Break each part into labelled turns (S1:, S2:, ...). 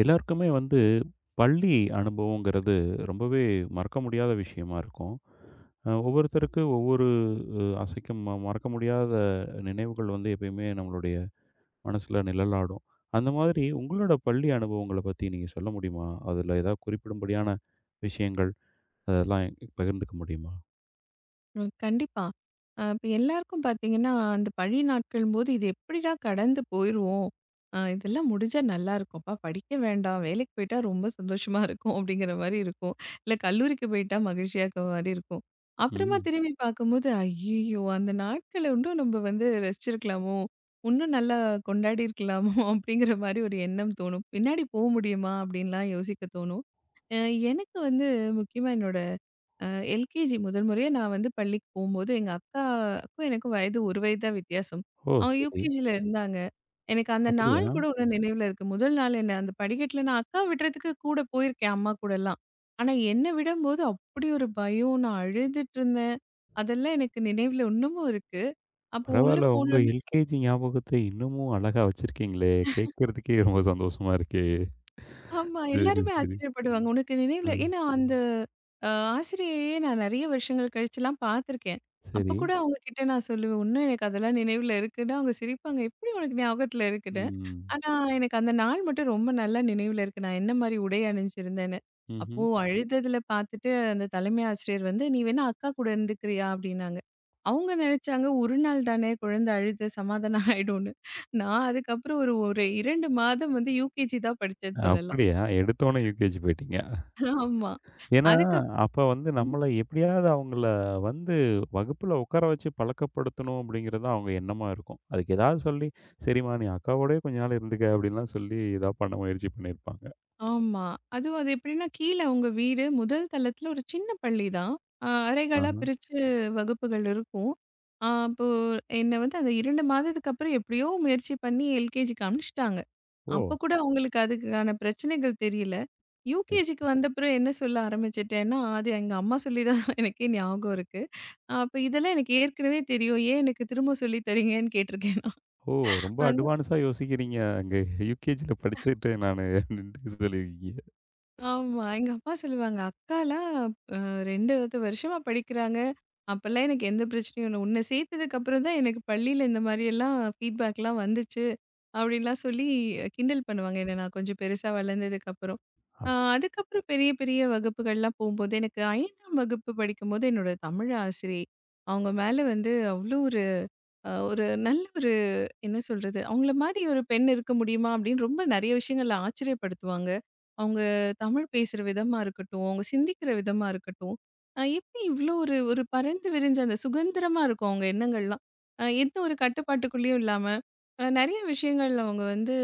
S1: எல்லாருக்குமே வந்து பள்ளி அனுபவங்கிறது ரொம்பவே மறக்க முடியாத விஷயமா இருக்கும். ஒவ்வொருத்தருக்கு ஒவ்வொரு அசைக்கும் மறக்க முடியாத நினைவுகள் வந்து எப்பயுமே நம்மளுடைய மனசுல நிழலாடும். அந்த மாதிரி உங்களோட பள்ளி அனுபவங்கள பத்தி நீங்க சொல்ல முடியுமா? அதுல ஏதாவது குறிப்பிடும்படியான விஷயங்கள், அதெல்லாம் என்கிட்ட பகிர்ந்துக்க முடியுமா?
S2: ம். கண்டிப்பா. இப்ப எல்லாருக்கும் பார்த்தீங்கன்னா, அந்த பள்ளி நாட்கள்ம்போது, இது எப்படிடா கடந்து போயிருவோம். இதெல்லாம் முடிஞ்சா நல்லாயிருக்கும். அப்பா படிக்க வேண்டாம். வேலைக்கு போயிட்டா ரொம்ப சந்தோஷமா இருக்கும். அப்படிங்கிற மாரி இருக்கும். இல்ல கல்லூரிக்கு போயிட்டா மகிழ்ச்சியா இருக்க மாரி இருக்கும். அப்புறமா
S1: ம்.
S2: திரும்பி பார்க்கும்போது, ஐய்யய்யோ! அந்த நாட்கள இன்னும் நம்ம வந்து ரசிச்சிருக்கலாமோ! இன்னும் நல்லா கொண்டாடி இருக்கலாமோ! அப்படிங்கிற மாரி ஒரு எண்ணம் தோணும். பின்னாடி போ முடியுமா? அப்படின்லாம் யோசிக்க தோணும். அ எனக்கு வந்து முக்கியமா என்னோட எல்கேஜி முதல் முறையா நான் வந்து பள்ளிக்கு போம்போது, எங்க அக்காக்கும் எனக்கும் வயது 1 வயது தான் வித்தியாசம்.
S1: ஓ!
S2: அவங்க
S1: சரி.
S2: யுகேஜில இருந்தாங்க. எனக்கு அந்த
S1: அப்படியா?
S2: நாள் கூட இன்னும் நினைவுல இருக்கு. முதல் நாள் என்ன அந்த படிக்கட்டில நான் அக்காவ விடுறதுக்கு கூட போயிருக்கேன் அம்மா கூடலாம். ஆனா என்ன விடும்போது அப்படி ஒரு பயம். நான் அழுதுட்டு இருந்தேன். அதெல்லாம் எனக்கு நினைவுல இன்னமும் இருக்கு. அப்போ உள்ள
S1: பரவால்ல. உங்க
S2: போனோன
S1: எல்கேஜி ஞாபகத்த இன்னமும் அழகா வச்சிருக்கீங்களே! கேட்கறதுக்கே ரொம்ப சந்தோஷமா இருக்கே!
S2: ஆமா.
S1: சரி,
S2: எல்லாருமே
S1: சரி.
S2: ஆச்சரியப்படுவாங்க. உனக்கு
S1: அ.
S2: நினைவுல ஏன்னா அந்த அ ஆசிரியையே நான் நெறைய வருஷங்கள் கழிச்சுலாம் பார்த்துருக்கேன். அப்ப
S1: சரி.
S2: கூட அவங்க கிட்ட நான் சொல்லுவேன், "இன்னும் எனக்கு அதெல்லாம் நினைவுல இருக்குன்னா." அவங்க சிரிப்பாங்க, "எப்படி உனக்கு ஞாபகத்துல இருக்குன்னு?"
S1: ம்.
S2: ஆனா எனக்கு அந்த நாள் மட்டும் ரொம்ப நல்லா நினைவுல இருக்கு. நான் என்ன மாரி உடை அணிஞ்சிருந்தேன்னு.
S1: ம்ஹ்ம்.
S2: அப்போ அழுததுல பார்த்துட்டு அந்த தலைமை ஆசிரியர் வந்து, "நீ வேணா அக்கா கூட இருந்துக்கிறியா?" அப்படின்னாங்க. அவங்க நெனைச்சாங்க, "ஒரு நாள் தானே குழந்தை அழுது சமாதானம் ஆயிடும்ன்னு." நான் அதுக்கப்புறம் ஒரு ஒரு 2 மாதம் வந்து யுகேஜி தான் படிச்சேன்னு சொல்லலாம்.
S1: அப்படியா? எடுத்தோனே யுகேஜி போயிட்டீங்க.
S2: ஆமா.
S1: ஏன்னா,
S2: அதுக்கப்புறம்
S1: அப்ப வந்து நம்மள எப்படியாவது அவங்கள வந்து வகுப்புல உட்கார வச்சு பழக்கப்படுத்தணும் அப்படிங்கிறது தான் அவங்க எண்ணமா இருக்கும். அதுக்கு ஏதாவது சொல்லி, "சரிம்மா நீ அக்காவோடயே கொஞ்ச நாள் இருந்துக்க" அப்படின்லாம் சொல்லி ஏதா பண்ண முயற்சி பண்ணியிருப்பாங்க.
S2: ஆமா. அதுவும் அது எப்படின்னா, கீழ உங்க வீடு முதல் தளத்துல ஒரு சின்ன பள்ளிதான். அறைகளா
S1: ஆஹ.
S2: பிரிச்சு வகுப்புகள் இருக்கும். அப்போ என்ன வந்து அந்த 2 மாதத்துக்கு அப்புறம் எப்படியோ முயற்சி பண்ணி எல்கேஜிக்கு அனுப்பிச்சுட்டாங்க. அப்ப
S1: ஓ!
S2: கூட அவங்களுக்கு அதுக்கான பிரச்சனைகள் தெரியல.
S1: சரி.
S2: யூகேஜிக்கு வந்தப்புறம் என்ன சொல்ல ஆரம்பிச்சுட்டேன்னா, அது எங்க அம்மா சொல்லி தான் எனக்கே ஞாபகம் இருக்கு. அப்ப இதெல்லாம் எனக்கு ஏற்கனவே தெரியும். ஏன் எனக்கு திரும்ப சொல்லி தரீங்கன்னு கேட்டிருக்கேன்.
S1: ஓ! ரொம்ப அட்வான்ஸா யோசிக்கிறீங்க. அங்க யுகேஜில படிச்சுட்டு நானு அப்படின்ட்டு சொல்லியிருக்கீங்க.
S2: ஆமா. எங்க அப்பா சொல்லுவாங்க, "அக்காலாம் அ 2 வருஷமா படிக்கிறாங்க. அப்பலாம் எனக்கு எந்த பிரச்சனையும் இல்ல. உன்ன சேர்த்ததுக்கப்புறம் தான் எனக்கு பள்ளியில இந்த மாரியெல்லாம் ஃபீட்பேக்லாம் வந்துச்சு." அப்படின்லாம் சொல்லி கிண்டல் பண்ணுவாங்க என்ன நான் கொஞ்சம் பெருசா வளர்ந்ததுக்கப்புறம்.
S1: அப்
S2: அதுக்கப்புறம் பெரிய பெரிய வகுப்புகள்லாம் போம்போது, எனக்கு 5ஆம் வகுப்பு படிக்கும்போது என்னோட தமிழ் ஆசிரியை, அவங்க மேல வந்து அவ்வளோ ஒரு ஒரு நல்ல என்ன சொல்றது? அவங்கள மாரி ஒரு பெண் இருக்க முடியுமா? அப்படின்னு ரொம்ப நெறைய விஷயங்கள்ல ஆச்சரியப்படுத்துவாங்க. அவங்க தமிழ் பேசுற விதமா இருக்கட்டும், அவங்க சிந்திக்கிற விதமா இருக்கட்டும், எப்படி இவ்ளோ ஒரு ஒரு பரந்து விரிஞ்ச அந்த சுதந்திரமா இருக்கும் அவங்க எண்ணங்கள்லாம். எந்த ஒரு கட்டுப்பாட்டுக்குள்ளேயும் இல்லாம, நெறைய விஷயங்கள்ல அவங்க வந்து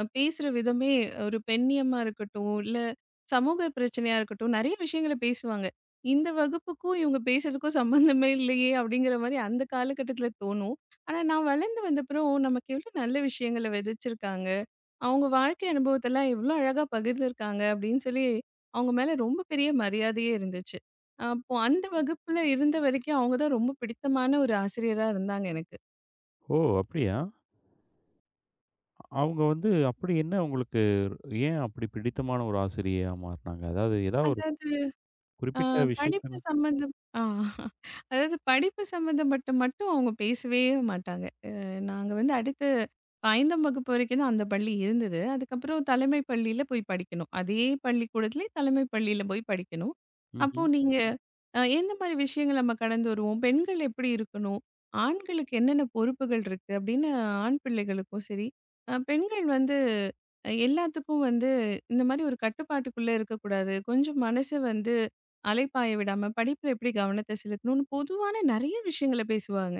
S2: பேசுற விதமே ஒரு பெண்ணியமா இருக்கட்டும், இல்ல சமூக பிரச்சனையா இருக்கட்டும், நெறைய விஷயங்கள பேசுவாங்க. இந்த வகுப்புக்கும் இவங்க பேசுறதுக்கும் சம்மந்தமே இல்லையே! அப்படிங்கிற மாரி அந்த காலகட்டத்தில தோணும். ஆனா, நான் வளர்ந்து வந்தப்புறம் நமக்கு எவ்ளோ நல்ல விஷயங்கள விதைச்சிருக்காங்க. அவங்க வாழ்க்கை அனுபவத்தெல்லாம் எவ்ளோ அழகா பகிர்ந்திருக்காங்க அப்படின்னு சொல்லி, அவங்க மேல ரொம்ப பெரிய மரியாதையே இருந்துச்சு. அப்போ அந்த வகுப்புல இருந்த வரைக்கும் அவங்க தான் ரொம்ப பிடித்தமான ஒரு ஆசிரியரா இருந்தாங்க எனக்கு.
S1: ஓ! அப்படியா? அவங்க வந்து அப்படி என்ன உங்களுக்கு ஏன் அப்படி பிடித்தமான ஒரு ஆசிரியையா மாறுனாங்க? அதாவது ஏதாவது ஒரு
S2: அதாவது ஆ
S1: குறிப்பிட்ட
S2: படிப்பு
S1: விஷயத்துல
S2: சம்மந்தம். ஆ அதாவது படிப்பு சம்மந்தப்பட்ட மட்டும் அவங்க பேசவே மாட்டாங்க. நாங்க வந்து அடுத்து 5ஆம் வகுப்பு வரைக்கும் தான் அந்த பள்ளி இருந்தது. அதுக்கப்புறம் தலைமை பள்ளியில போய் படிக்கணும். அதே பள்ளிக்கூடத்திலே தலைமை பள்ளியில போய் படிக்கணும். அப்போ
S1: ம்ஹ்ம்.
S2: நீங்க எந்த மாரி விஷயங்கள் நம்ம கடந்து வருவோம்? பெண்கள் எப்படி இருக்கணும்? ஆண்களுக்கு என்னென்ன பொறுப்புகள் இருக்கு? அப்படின்னு ஆண் பிள்ளைகளுக்கும் சரி, பெண்கள் வந்து எல்லாத்துக்கும் வந்து இந்த மாரி ஒரு கட்டுப்பாட்டுக்குள்ள இருக்கக்கூடாது. கொஞ்சம் மனசு வந்து அலைப்பாய விடாம, படிப்புல எப்படி கவனத்த செலுத்தணும்னு பொதுவான நெறைய விஷயங்கள பேசுவாங்க.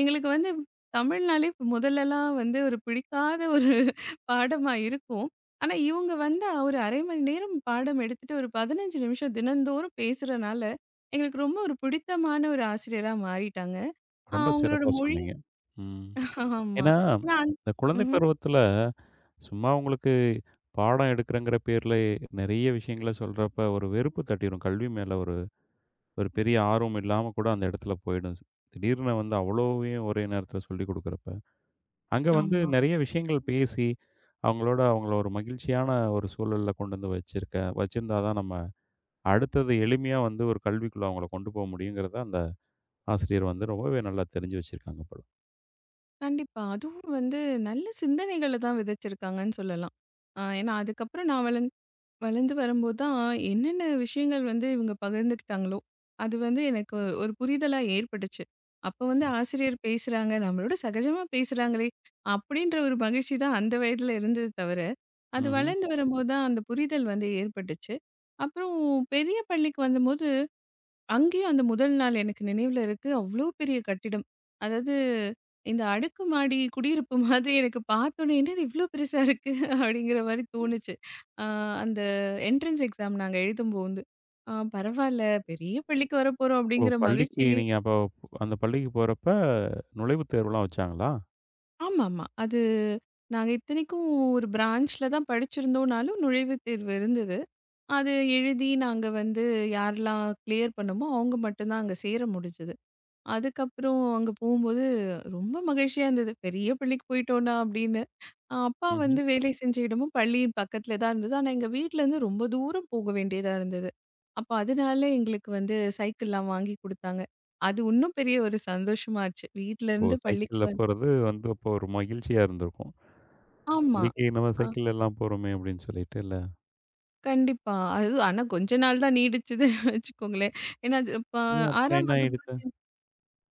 S2: எங்களுக்கு வந்து தமிழ்னாலே இப்ப முதல்லலாம் வந்து ஒரு பிடிக்காத ஒரு பாடமா இருக்கும். ஆனா, இவங்க வந்தா ஒரு 1/2 மணி நேரம் பாடம் எடுத்துட்டு ஒரு 15 நிமிஷம் தினந்தோறும் பேசுறனால, எங்களுக்கு ரொம்ப ஒரு பிடித்தமான ஒரு ஆசிரியரா மாறிட்டாங்க.
S1: ரொம்ப
S2: அவங்களோட
S1: சிறப்பா
S2: மொழி
S1: சொன்னீங்க. ம்.
S2: ஆமா.
S1: ஏன்னா,
S2: ஏன்னா
S1: இந்த குழந்தை
S2: ம்ஹ்ம்.
S1: பருவத்துல சும்மா உங்களுக்கு பாடம் எடுக்கிறேங்கிற பேர்ல நெறைய விஷயங்கள சொல்றப்ப ஒரு வெறுப்பு தட்டிரும். கல்வி மேல ஒரு ஒரு பெரிய ஆர்வம் இல்லாம கூட அந்த இடத்துல போயிடும். திடீர்னு வந்து அவ்வளவையும் ஒரே நேரத்துல சொல்லிக் குடுக்குறப்ப. அங்க வந்து
S2: ஆமா.
S1: நெறைய விஷயங்கள் பேசி, அவங்கள ஒரு மகிழ்ச்சியான ஒரு சூழல்ல கொண்டு வந்து வச்சிருந்தா தான் நம்ம அடுத்தது எளிமையா வந்து ஒரு கல்விக்குள்ள அவங்கள கொண்டு போக முடியுங்கிறத அந்த ஆசிரியர் வந்து ரொம்பவே நல்லா தெரிஞ்சு வச்சிருக்காங்க போல.
S2: கண்டிப்பா. அதுவும் வந்து நல்ல சிந்தனைகள தான் விதைச்சிருக்காங்கன்னு சொல்லலாம். ஏன்னா அதுக்கப்புறம் நான் வளர்ந்து வரும்போது தான் என்னென்ன விஷயங்கள் வந்து இவங்க பகிர்ந்துக்கிட்டாங்களோ, அது வந்து எனக்கு ஒரு புரிதலா ஏற்பட்டுச்சு. அப்போ வந்து
S1: ம்.
S2: ஆசிரியர் பேசுறாங்க, நம்மளோட சகஜமா பேசுறாங்களே! அப்படின்ற ஒரு மகிழ்ச்சி தான் அந்த வயதில இருந்தது தவிர, அது
S1: ம்ஹ்ம்.
S2: வளர்ந்து வரும்போது தான் அந்த புரிதல் வந்து ஏற்பட்டுச்சு. அப்புறம் பெரிய பள்ளிக்கு வந்தபோது அங்கேயும் அந்த முதல் நாள் எனக்கு நினைவுல இருக்கு. அவ்ளோ பெரிய கட்டிடம். அதாவது இந்த அடுக்குமாடி குடியிருப்பு மாதிரி எனக்கு பார்த்தோனே, "என்னது இவ்ளோ பெருசா இருக்கு?" அப்படிங்கிற மாரி தோணுச்சு. அ அந்த என்ட்ரன்ஸ் எக்ஸாம் நாங்க எழுதும்போது, "ஆ பரவால்ல, பெரிய பள்ளிக்கு வரப்போறோம்."
S1: ஓ!
S2: அப்படிங்கிற
S1: பள்ளிக்கு
S2: மகிழ்ச்சியிலே
S1: நீங்க அப்போ அந்த பள்ளிக்கு போறப்ப நுழைவுத் தேர்வுலாம் வச்சாங்களா?
S2: ஆமாமா. அது நாங்க இத்தனைக்கும் ஒரு பிரான்ச்ல தான் படிச்சிருந்தோம்னாலும் நுழைவுத் தேர்வு இருந்தது. அது எழுதி நாங்க வந்து யாரெல்லாம் கிளியர் பண்ணோமோ, அவங்க மட்டும் தான் அங்க சேர முடிஞ்சது. அதுக்கப்புறம் அங்க போகும்போது ரொம்ப மகிழ்ச்சியா இருந்தது. பெரிய பள்ளிக்கு போயிட்டோம்டா அப்படின்னு. அப்பா
S1: ம்ஹ்ம்.
S2: வந்து வேலை செஞ்ச இடமும் பள்ளியும் பக்கத்துல தான் இருந்தது. ஆனா எங்க வீட்லருந்து ரொம்ப தூரம் போக வேண்டியதா இருந்தது. அப்ப அதனால எங்களுக்கு வந்து சைக்கிள்லாம் வாங்கி குடுத்தாங்க. அது இன்னும் பெரிய ஒரு சந்தோஷமாச்சு.
S1: ஓ!
S2: வீட்லருந்து பள்ளிக்கு
S1: சைக்கிள்ல
S2: வந்து
S1: போறது வந்து அப்போ ஒரு மகிழ்ச்சியா இருந்திருக்கும்.
S2: ஆமா.
S1: பள்ளிக்கு நம்ம
S2: அ
S1: சைக்கிள்ல எல்லாம் போறோமே அப்படின்னு சொல்லிட்டு இல்ல.
S2: கண்டிப்பா. அது ஆனா கொஞ்ச நாள் தான் நீடிச்சதுன்னு வச்சுக்கோங்களேன். ஏன்னா அது இப்ப
S1: ஏன் அப்புறம்
S2: 6ஆம்
S1: என்ன
S2: வகுப்பு
S1: ஆயிடுத்து?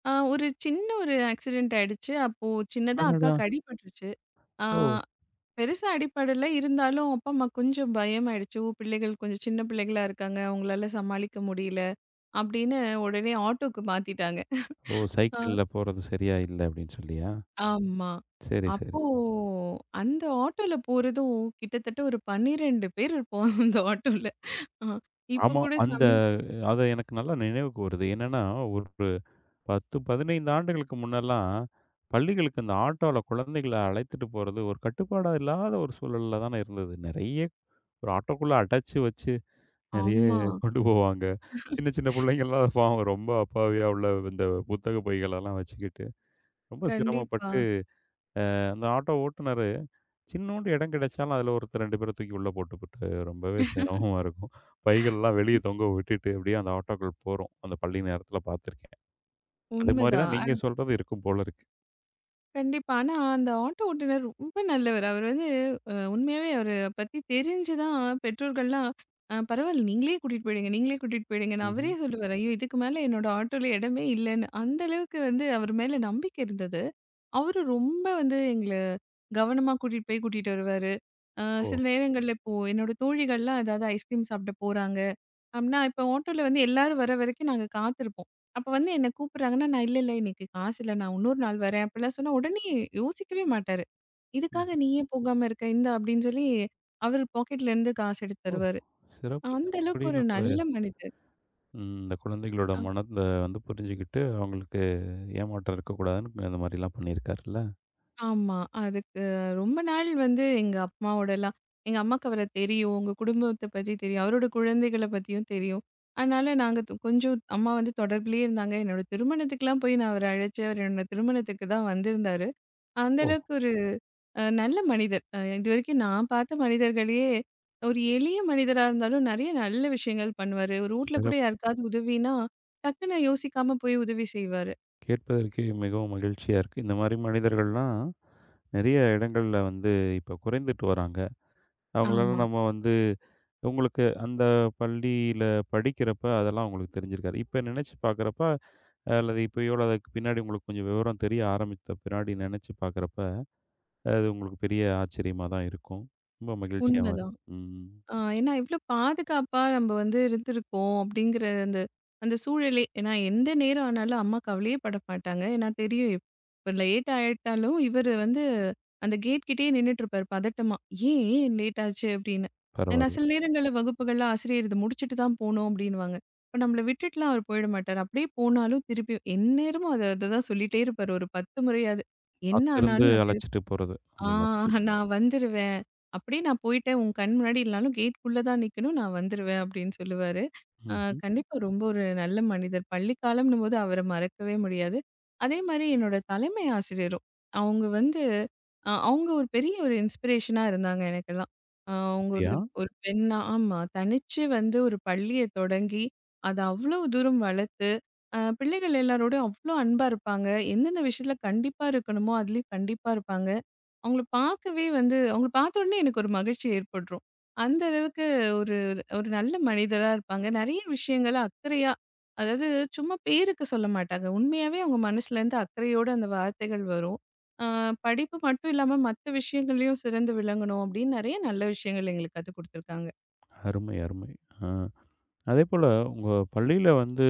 S2: ஒரு சின்ன ஒரு ஆக்சிடென்ட் ஆயிடுச்சு. அப்போ சின்னதா
S1: அடடா!
S2: அக்காக்கு அடிபட்டுருச்சு. ஆ
S1: ஓ!
S2: பெருசா அடிப்படல. இருந்தாலும் அப்பா, அம்மா கொஞ்சம் பயமாயிடுச்சு. "ஓ! பிள்ளைகள் கொஞ்சம் சின்ன பிள்ளைகளா இருக்காங்க. அவங்களால சமாளிக்க முடியல." அப்படின்னு உடனே ஆட்டோக்கு மாத்திட்டாங்க.
S1: ஓ!
S2: அ
S1: சைக்கிள்ல போறது சரியா இல்ல அப்படின்னு சொல்லியா?
S2: ஆமா.
S1: சரி, சரி.
S2: அப்போ அந்த ஆட்டோல போறதும் கிட்டத்தட்ட ஒரு 12 பேர் இருப்போம் அந்த ஆட்டோல. அ இப்ப
S1: ஆமா.
S2: கூட
S1: அது எனக்கு நல்லா நினைவுக்கு வருது. என்னன்னா, ஒரு 10, 15 ஆண்டுகளுக்கு முன்னலாம், பள்ளிகளுக்கு இந்த ஆட்டோல குழந்தைகள அழைத்துட்டு போறது ஒரு கட்டுப்பாடா இல்லாத ஒரு சூழல்ல தானே இருந்தது. நெறைய ஒரு ஆட்டோக்குள்ள அடைச்சு வச்சு நெறைய
S2: ஆமா.
S1: கொண்டு போவாங்க. சின்ன சின்ன புள்ளைங்கலாம் பாவம் ரொம்ப அப்பாவியா உள்ள இந்த புத்தக பைகளெல்லாம் வச்சுக்கிட்டு, ரொம்ப
S2: கண்டிப்பா.
S1: சிரமப்பட்டு அந்த ஆட்டோ ஓட்டுனரு, சின்னூண்டு இடம் கிடைச்சாலும் அதில ஒருத்தர் 2 பேர தூக்கி உள்ள போட்டுப்புட்டு ரொம்பவே சிரமமா இருக்கும். பைகள்லாம் வெளிய தொங்க விட்டுட்டு அப்படியே அந்த ஆட்டோக்கள் போரும். அந்த பள்ளி நேரத்தில பார்த்துருக்கேன். அது மாரி தான் நீங்க
S2: உண்மதான்.
S1: சொல்றது இருக்கும் போல இருக்கு.
S2: கண்டிப்பா. ஆனா, அந்த ஆட்டோ ஓட்டுநர் ரொம்ப நல்லவரு. அவரு வந்து உண்மையாவே அவர பத்தி தெரிஞ்சு தான் பெற்றோர்கள்லாம், பரவால்ல நீங்களே கூட்டிட்டு போயிடுங்க, நீங்களே கூட்டிட்டு போயிடுங்கன்னு"
S1: ம்ஹ்ம்.
S2: அவரே சொல்லுவாரு. ஐயோ! இதுக்கு மேல என்னோட ஆட்டோல இடமே இல்லன்னு. அந்த அளவுக்கு வந்து அவர் மேல நம்பிக்கை இருந்தது. அவரு ரொம்ப வந்து எங்கள கவனமா கூட்டிட்டு போய் கூட்டிட்டு வருவாரு. அ
S1: ஓ!
S2: சில நேரங்கள்ல இப்போ என்னோட தோழிகள்லாம் ஏதாவது ஐஸ்கிரீம் சாப்பிட போறாங்க. அப்டின்னா, இப்ப ஆட்டோல வந்து எல்லாரும் வர வரைக்கும் நாங்க காத்திருப்போம். அப்ப வந்து என்ன கூப்பிடுறாங்கன்னா, நான் இல்ல, இல்ல இன்னைக்கு காசு இல்ல. நான் இன்னொரு நாள் வரேன் அப்டிலாம் சொன்னா, உடனே யோசிக்கவே மாட்டாரு. இதுக்காக
S1: ம்ஹ்ம்.
S2: நீ ஏன் போகாம இருக்க? இந்தா அப்டின்னு சொல்லி அவரு பாக்கெட்லேருந்து காசு எடுத்து
S1: ஓ!
S2: தருவாரு.
S1: சிறப்பு.
S2: அந்த அளவுக்கு ஒரு
S1: இப்படிலாம் கூட
S2: நல்ல மனிதர்.
S1: ம். இந்த குழந்தைகளோட
S2: அ
S1: மனத வந்து புரிஞ்சுகிட்டு, அவங்களுக்கு ஏமாற்றம் இருக்கக்கூடாதுன்னு அந்த மாரிலாம் பண்ணியிருக்காருல்ல.
S2: ஆமா. அதுக்கு ரொம்ப நாள் வந்து எங்க அம்மாவோடலாம் எங்க அம்மாக்கு அவர தெரியும். உங்க குடும்பத்த பத்தி தெரியும். அவரோட குழந்தைகள பத்தியும் தெரியும். அதனால நாங்க கொஞ்சம் அம்மா வந்து தொடர்பிலேயே இருந்தாங்க. என்னோட திருமணத்துக்குலாம் போய் நான் அவர அழைச்சு, அவர் என்னோட திருமணத்துக்கு தான் வந்திருந்தாரு. அந்த
S1: ஓ!
S2: அளவுக்கு ஒரு நல்ல மனிதர். இதுவரைக்கும் நான் பார்த்த மனிதர்கள்லயே, ஒரு எளிய மனிதரா இருந்தாலும் நெறைய நல்ல விஷயங்கள் பண்ணுவாரு. ரோட்ல கூட
S1: சிறப்பு.
S2: யாருக்காவது உதவின்னா, டக்குன்னு யோசிக்காம போய் உதவி செய்வாரு.
S1: கேட்பதற்கே மிகவும் மகிழ்ச்சியா இருக்கு. இந்த மாரி மனிதர்கள்லாம் நெறைய இடங்கள்ல வந்து இப்ப குறைந்துட்டு வராங்க. அவங்களால
S2: ஆமா.
S1: நம்ம வந்து உங்களுக்கு அந்த பள்ளியில படிக்கிறப்ப அதெல்லாம் உங்களுக்கு தெரிஞ்சிருக்காது. இப்ப நினைச்சு பார்க்குறப்ப, அல்லது இப்பயோ அல்லது அதுக்கு பின்னாடி உங்களுக்கு கொஞ்சம் விவரம் தெரிய ஆரம்பித்த பின்னாடி நினைச்சு பார்க்குறப்ப, அது உங்களுக்கு பெரிய ஆச்சரியமா தான் இருக்கும். ரொம்ப மகிழ்ச்சியாவும்
S2: உண்மதான்.
S1: இருக்கும். ம்.
S2: ஏன்னா எவ்வளோ பாதுகாப்பா நம்ம வந்து இருந்திருக்கோம் அப்படிங்கிற அந்த அந்த சூழலே ஏன்னா எந்த நேரம் ஆனாலும் அம்மா கவலையே பட மாட்டாங்க ஏன்னா தெரியும் இப்போ லேட் ஆயிட்டாலும் இவர் வந்து அந்த கேட் கிட்டயே நின்றுட்டு இருப்பாரு பதட்டமா ஏன் ஏன் லேட் ஆச்சு அப்படின்னு. ஏன்னா
S1: பரவால்ல.
S2: சில நேரங்களில் வகுப்புகள்ல ஆசிரியர் இது முடிச்சுட்டு தான் போகணும் அப்படின்வாங்க. இப்போ நம்மளை விட்டுட்டுலாம் அவர் போயிட மாட்டார். அப்படியே போனாலும் திருப்பி எந்நேரமும் அதை அதை தான் சொல்லிட்டே இருப்பார் ஒரு 10 முறையாவது. என்ன
S1: காத்திருந்து
S2: ஆனாலும்
S1: அழைச்சிட்டு போறது.
S2: ஆ
S1: அந்த மாரி.
S2: நான் வந்துருவேன். அப்படியே நான் போயிட்டேன். உன் கண் முன்னாடி இல்லனாலும் கேட்குள்ள தான் நிக்கணும். நான் வந்துருவேன் அப்படின்னு சொல்லுவாரு. அ
S1: ம்ஹ்ம்.
S2: கண்டிப்பா ரொம்ப ஒரு நல்ல மனிதர். பள்ளி காலம்னும்போது அவர மறக்கவே முடியாது. அதே மாரி என்னோட தலைமை ஆசிரியரும். அவங்க வந்து அவங்க ஒரு பெரிய ஒரு இன்ஸ்பிரேஷனா இருந்தாங்க எனக்கெல்லாம். அவங்க ஒரு
S1: அப்படியா?
S2: ஒரு பெண்ணா ஆமா. தனிச்சு வந்து ஒரு பள்ளிய தொடங்கி, அத அவ்வளோ தூரம் வளர்த்து, பிள்ளைகள் எல்லாரோடையும் அவ்வளோ அன்பா இருப்பாங்க. எந்தெந்த விஷயத்துல கண்டிப்பா இருக்கணுமோ, அதுலயும் கண்டிப்பா இருப்பாங்க. அவங்கள பார்க்கவே வந்து அவங்கள பார்த்த உடனே எனக்கு ஒரு மகிழ்ச்சி ஏற்பட்டுரும். அந்த அளவுக்கு ஒரு ஒரு நல்ல மனிதரா இருப்பாங்க. நெறைய விஷயங்கள அக்கறையா அதாவது சும்மா பேருக்கு சொல்ல மாட்டாங்க. உண்மையாவே அவங்க மனசுலேருந்து அக்கறையோட அந்த வார்த்தைகள் வரும். அ படிப்பு மட்டும் இல்லாம மத்த விஷயங்கள்லயும் சிறந்து விளங்கணும் அப்படின்னு நெறைய நல்ல விஷயங்கள் எங்களுக்கு கத்துக் குடுத்துருக்காங்க.
S1: அருமை, அருமை. ஆ. அதேபோல உங்க பள்ளியில வந்து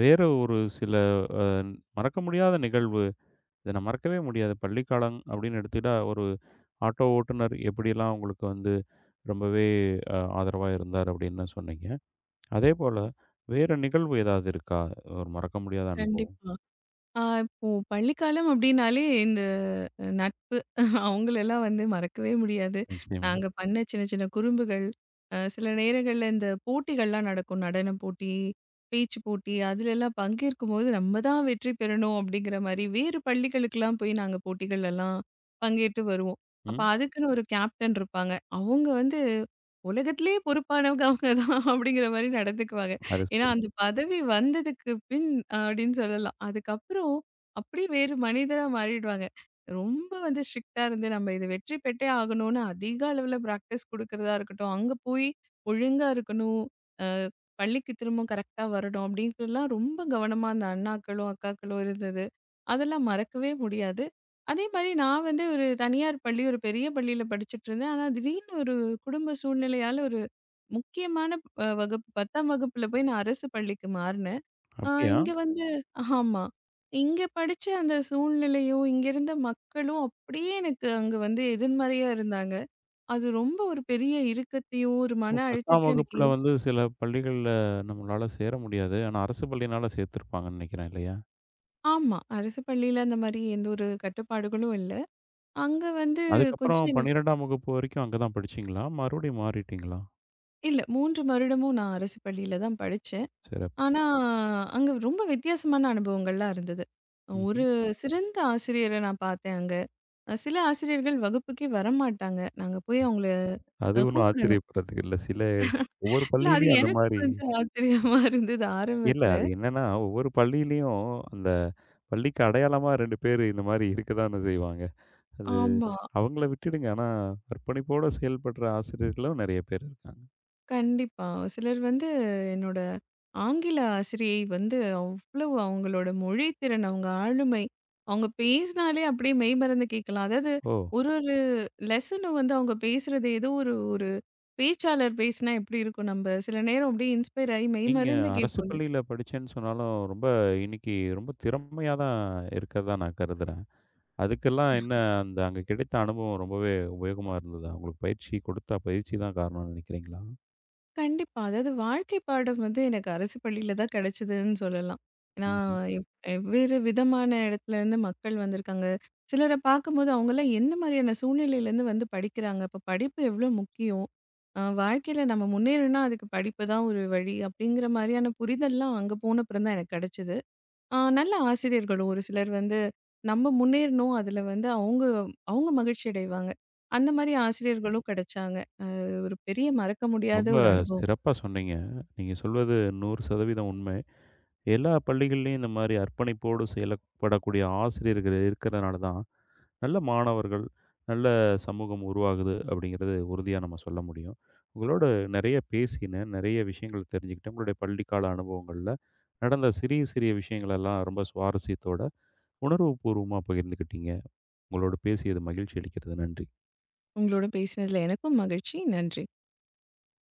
S1: வேற ஒரு சில அ மறக்க முடியாத நிகழ்வு இத நான் மறக்கவே முடியாது. பள்ளிக்காலம் அப்படின்னு எடுத்துக்கிட்டா, ஒரு ஆட்டோ ஓட்டுநர் எப்படியெல்லாம் உங்களுக்கு வந்து ரொம்பவே ஆதரவா இருந்தார் அப்படின்னு சொன்னீங்க. அதேபோல வேற நிகழ்வு ஏதாவது இருக்கா? ஒரு மறக்க முடியாத அனுபவம்.
S2: கண்டிப்பா. இப்போ பள்ளிக்காலம் அப்படின்னாலே இந்த நட்பு அவங்களெல்லாம் வந்து மறக்கவே முடியாது.
S1: நிச்சயமா.
S2: நாங்க பண்ண சின்ன சின்ன குறும்புகள், சில நேரங்கள்ல இந்த போட்டிகள்லாம் நடக்கும். நடனப் போட்டி, பேச்சு போட்டி அதுலலாம் பங்கேற்கும்போது நம்ம தான் வெற்றி பெறணும் அப்படிங்கிற மாரி வேறு பள்ளிகளுக்கெல்லாம் போய் நாங்க போட்டிகள்லலாம் பங்கேற்று வருவோம். அப்ப
S1: ம்.
S2: அதுக்குன்னு ஒரு கேப்டன் இருப்பாங்க. அவங்க வந்து உலகத்திலேயே பொறுப்பானவங்க அவங்க தான் அப்படிங்கிற மாரி நடந்துக்குவாங்க.
S1: அது
S2: ஏன்னா
S1: சரி.
S2: அந்த பதவி வந்ததுக்கு பின் அப்படின்னு சொல்லலாம். அதுக்கப்புறம் அப்படியே வேறு மனிதரா மாறிடுவாங்க. ரொம்ப வந்து ஸ்ட்ரிக்ட்டா இருந்து நம்ம இது வெற்றி பெற்றே ஆகணும்னு அதிக அளவுல பிராக்டிஸ் குடுக்கறதா இருக்கட்டும், அங்க போய் ஒழுங்கா இருக்கணும், அ பள்ளிக்கு திரும்ப கரெக்ட்டா வரணும் அப்படின்ட்டுலாம் ரொம்ப கவனமா அந்த அண்ணாக்களும், அக்காக்களும் இருந்தது. அதெல்லாம் மறக்கவே முடியாது. அதே மாரி நான் வந்து ஒரு தனியார் பள்ளி, ஒரு பெரிய பள்ளியில படிச்சுட்டு இருந்தேன். ஆனா திடீர்னு ஒரு குடும்ப சூழ்நிலையால ஒரு முக்கியமான அ வகுப்பு 10ஆம் வகுப்புல போய் நான் அரசு பள்ளிக்கு மாறுனேன்.
S1: அப்படியா?
S2: இங்க வந்து ஆமா. இங்க படிச்ச அந்த சூழ்நிலையும், இங்க இருந்த மக்களும் அப்படியே எனக்கு அங்க வந்து எதிர்மறையா இருந்தாங்க. அது ரொம்ப ஒரு பெரிய இறுக்கத்தையும், ஒரு
S1: ஓ
S2: மன
S1: 10ஆம்
S2: அழுத்தத்தையும் எனக்கு
S1: வகுப்புல வந்து சில பள்ளிகள்ல நம்மளால சேர முடியாது. ஆனா அரசு பள்ளியினால சேர்த்துருப்பாங்கன்னு நினைக்கிறேன் இல்லையா?
S2: ஆமா. அரசு பள்ளியில அந்த மாரி எந்த ஒரு கட்டுப்பாடுகளும் இல்ல. அங்க வந்து கொஞ்சம்
S1: அதுக்கப்புறம்
S2: எனக்கு
S1: 12ஆம் வகுப்பு வரைக்கும் அங்க தான் படிச்சீங்களா? மறுபடியும் மாறிட்டீங்களா?
S2: இல்ல 3 வருடமும் நான் அரசு பள்ளியில தான் படிச்சேன்.
S1: சிறப்பு.
S2: ஆனா, அங்க ரொம்ப வித்தியாசமான அனுபவங்கள்லாம் இருந்தது.
S1: ம்ஹ்ம்.
S2: ஒரு சிறந்த ஆசிரியர நான் பார்த்தேன் அங்க. சில ஆசிரியர்கள் வகுப்புக்கே வரமாட்டாங்க. நாங்க போய் அவங்கள
S1: அது ஒண்ணும்
S2: கூப்பிடணும்.
S1: ஆச்சரியப்படுறதுக்கு இல்ல. சில ஒவ்வொரு
S2: இல்ல அது
S1: பள்ளியிலயும் அந்த
S2: எனக்கு
S1: மாரி
S2: கொஞ்சம் ஆச்சரியமா இருந்தது
S1: இல்ல.
S2: ஆரம்பத்துல.
S1: அது என்னன்னா, ஒவ்வொரு பள்ளியிலயும் அந்த பள்ளிக்கு அடையாளமா 2 பேரு இந்த மாரி இருக்க தானே செய்வாங்க. அது
S2: ஆமா,
S1: அவங்கள விட்டுடுங்க. ஆனா, அர்ப்பணிப்போட செயல்படுற ஆசிரியர்களும் நெறைய பேர் இருக்காங்க.
S2: கண்டிப்பா. சிலர் வந்து என்னோட ஆங்கில ஆசிரியை வந்து அவ்வளவு அவங்களோட மொழி திறன், அவங்க ஆளுமை, அவங்க பேசினாலே அப்படியே மெய்மறந்து கேட்கலாம். அதாவது
S1: ஓ!
S2: ஒரு ஒரு லெசனும் வந்து அவங்க பேசுறது ஏதோ ஒரு ஒரு பேச்சாளர் பேசினா எப்படி இருக்கும் நம்ம சில நேரம் அப்படியே இன்ஸ்பயர் ஆகி
S1: நீங்க
S2: மெய்மறந்து
S1: அரசு
S2: கேட்போம்.
S1: பள்ளியில படிச்சேன்னு சொன்னாலும், ரொம்ப இன்னைக்கு ரொம்ப திறமையா தான் இருக்கிறதா நான் கருதுறேன். அதுக்கெல்லாம் என்ன அந்த அங்க கிடைத்த அனுபவம் ரொம்பவே உபயோகமா இருந்ததா? உங்களுக்கு பயிற்சி கொடுத்தா பயிற்சி தான் காரணம்னு நினைக்கிறீங்களா?
S2: கண்டிப்பா. அதாவது வாழ்க்கை பாடம் வந்து எனக்கு அரசு பள்ளியில தான் கிடைச்சதுன்னு சொல்லலாம். ஏன்னா
S1: ம்ஹ்ம்.
S2: எவ் வெவ்வேறு விதமான இடத்துலருந்து மக்கள் வந்திருக்காங்க. சிலர பார்க்கும்போது அவங்கலாம் எந்த மாதிரியான சூழ்நிலையிலேருந்து வந்து படிக்கிறாங்க. அப்ப படிப்பு எவ்ளோ முக்கியம். வாழ்க்கையில நம்ம முன்னேறணும்னா அதுக்கு படிப்பு தான் ஒரு வழி அப்படிங்கிற மாதிரியான புரிதல்லாம் அங்க போனப்புறம் தான் எனக்கு கிடைச்சது. நல்ல ஆசிரியர்களும் ஒரு சிலர் வந்து நம்ம முன்னேறணும் அதில வந்து அவங்க அவங்க மகிழ்ச்சி அடைவாங்க. அந்த மாரி ஆசிரியர்களும் கிடைச்சாங்க. அது ஒரு பெரிய மறக்க முடியாத
S1: ரொம்ப
S2: ஒரு அனுபவம்.
S1: சிறப்பா சொன்னீங்க. நீங்க சொல்வது 100% உண்மை. எல்லா பள்ளிகள்லேயும் இந்த மாதிரி அர்ப்பணிப்போடு செயல்படக்கூடிய ஆசிரியர்கள் இருக்கிறதுனால தான் நல்ல மாணவர்கள், நல்ல சமூகம் உருவாகுது அப்படிங்கிறது உறுதியா நம்ம சொல்ல முடியும். உங்களோட நிறைய பேசினேன். நிறைய விஷயங்கள் தெரிஞ்சுக்கிட்டேன். உங்களுடைய பள்ளிக்கால அனுபவங்கள்ல நடந்த சிறிய, சிறிய விஷயங்களெல்லாம் ரொம்ப சுவாரஸ்யத்தோட உணர்வுபூர்வமா பகிர்ந்துக்கிட்டீங்க. உங்களோடு பேசியது மகிழ்ச்சி அளிக்கிறது. நன்றி.
S2: உங்களோட பேசினதுல எனக்கும் மகிழ்ச்சி. நன்றி.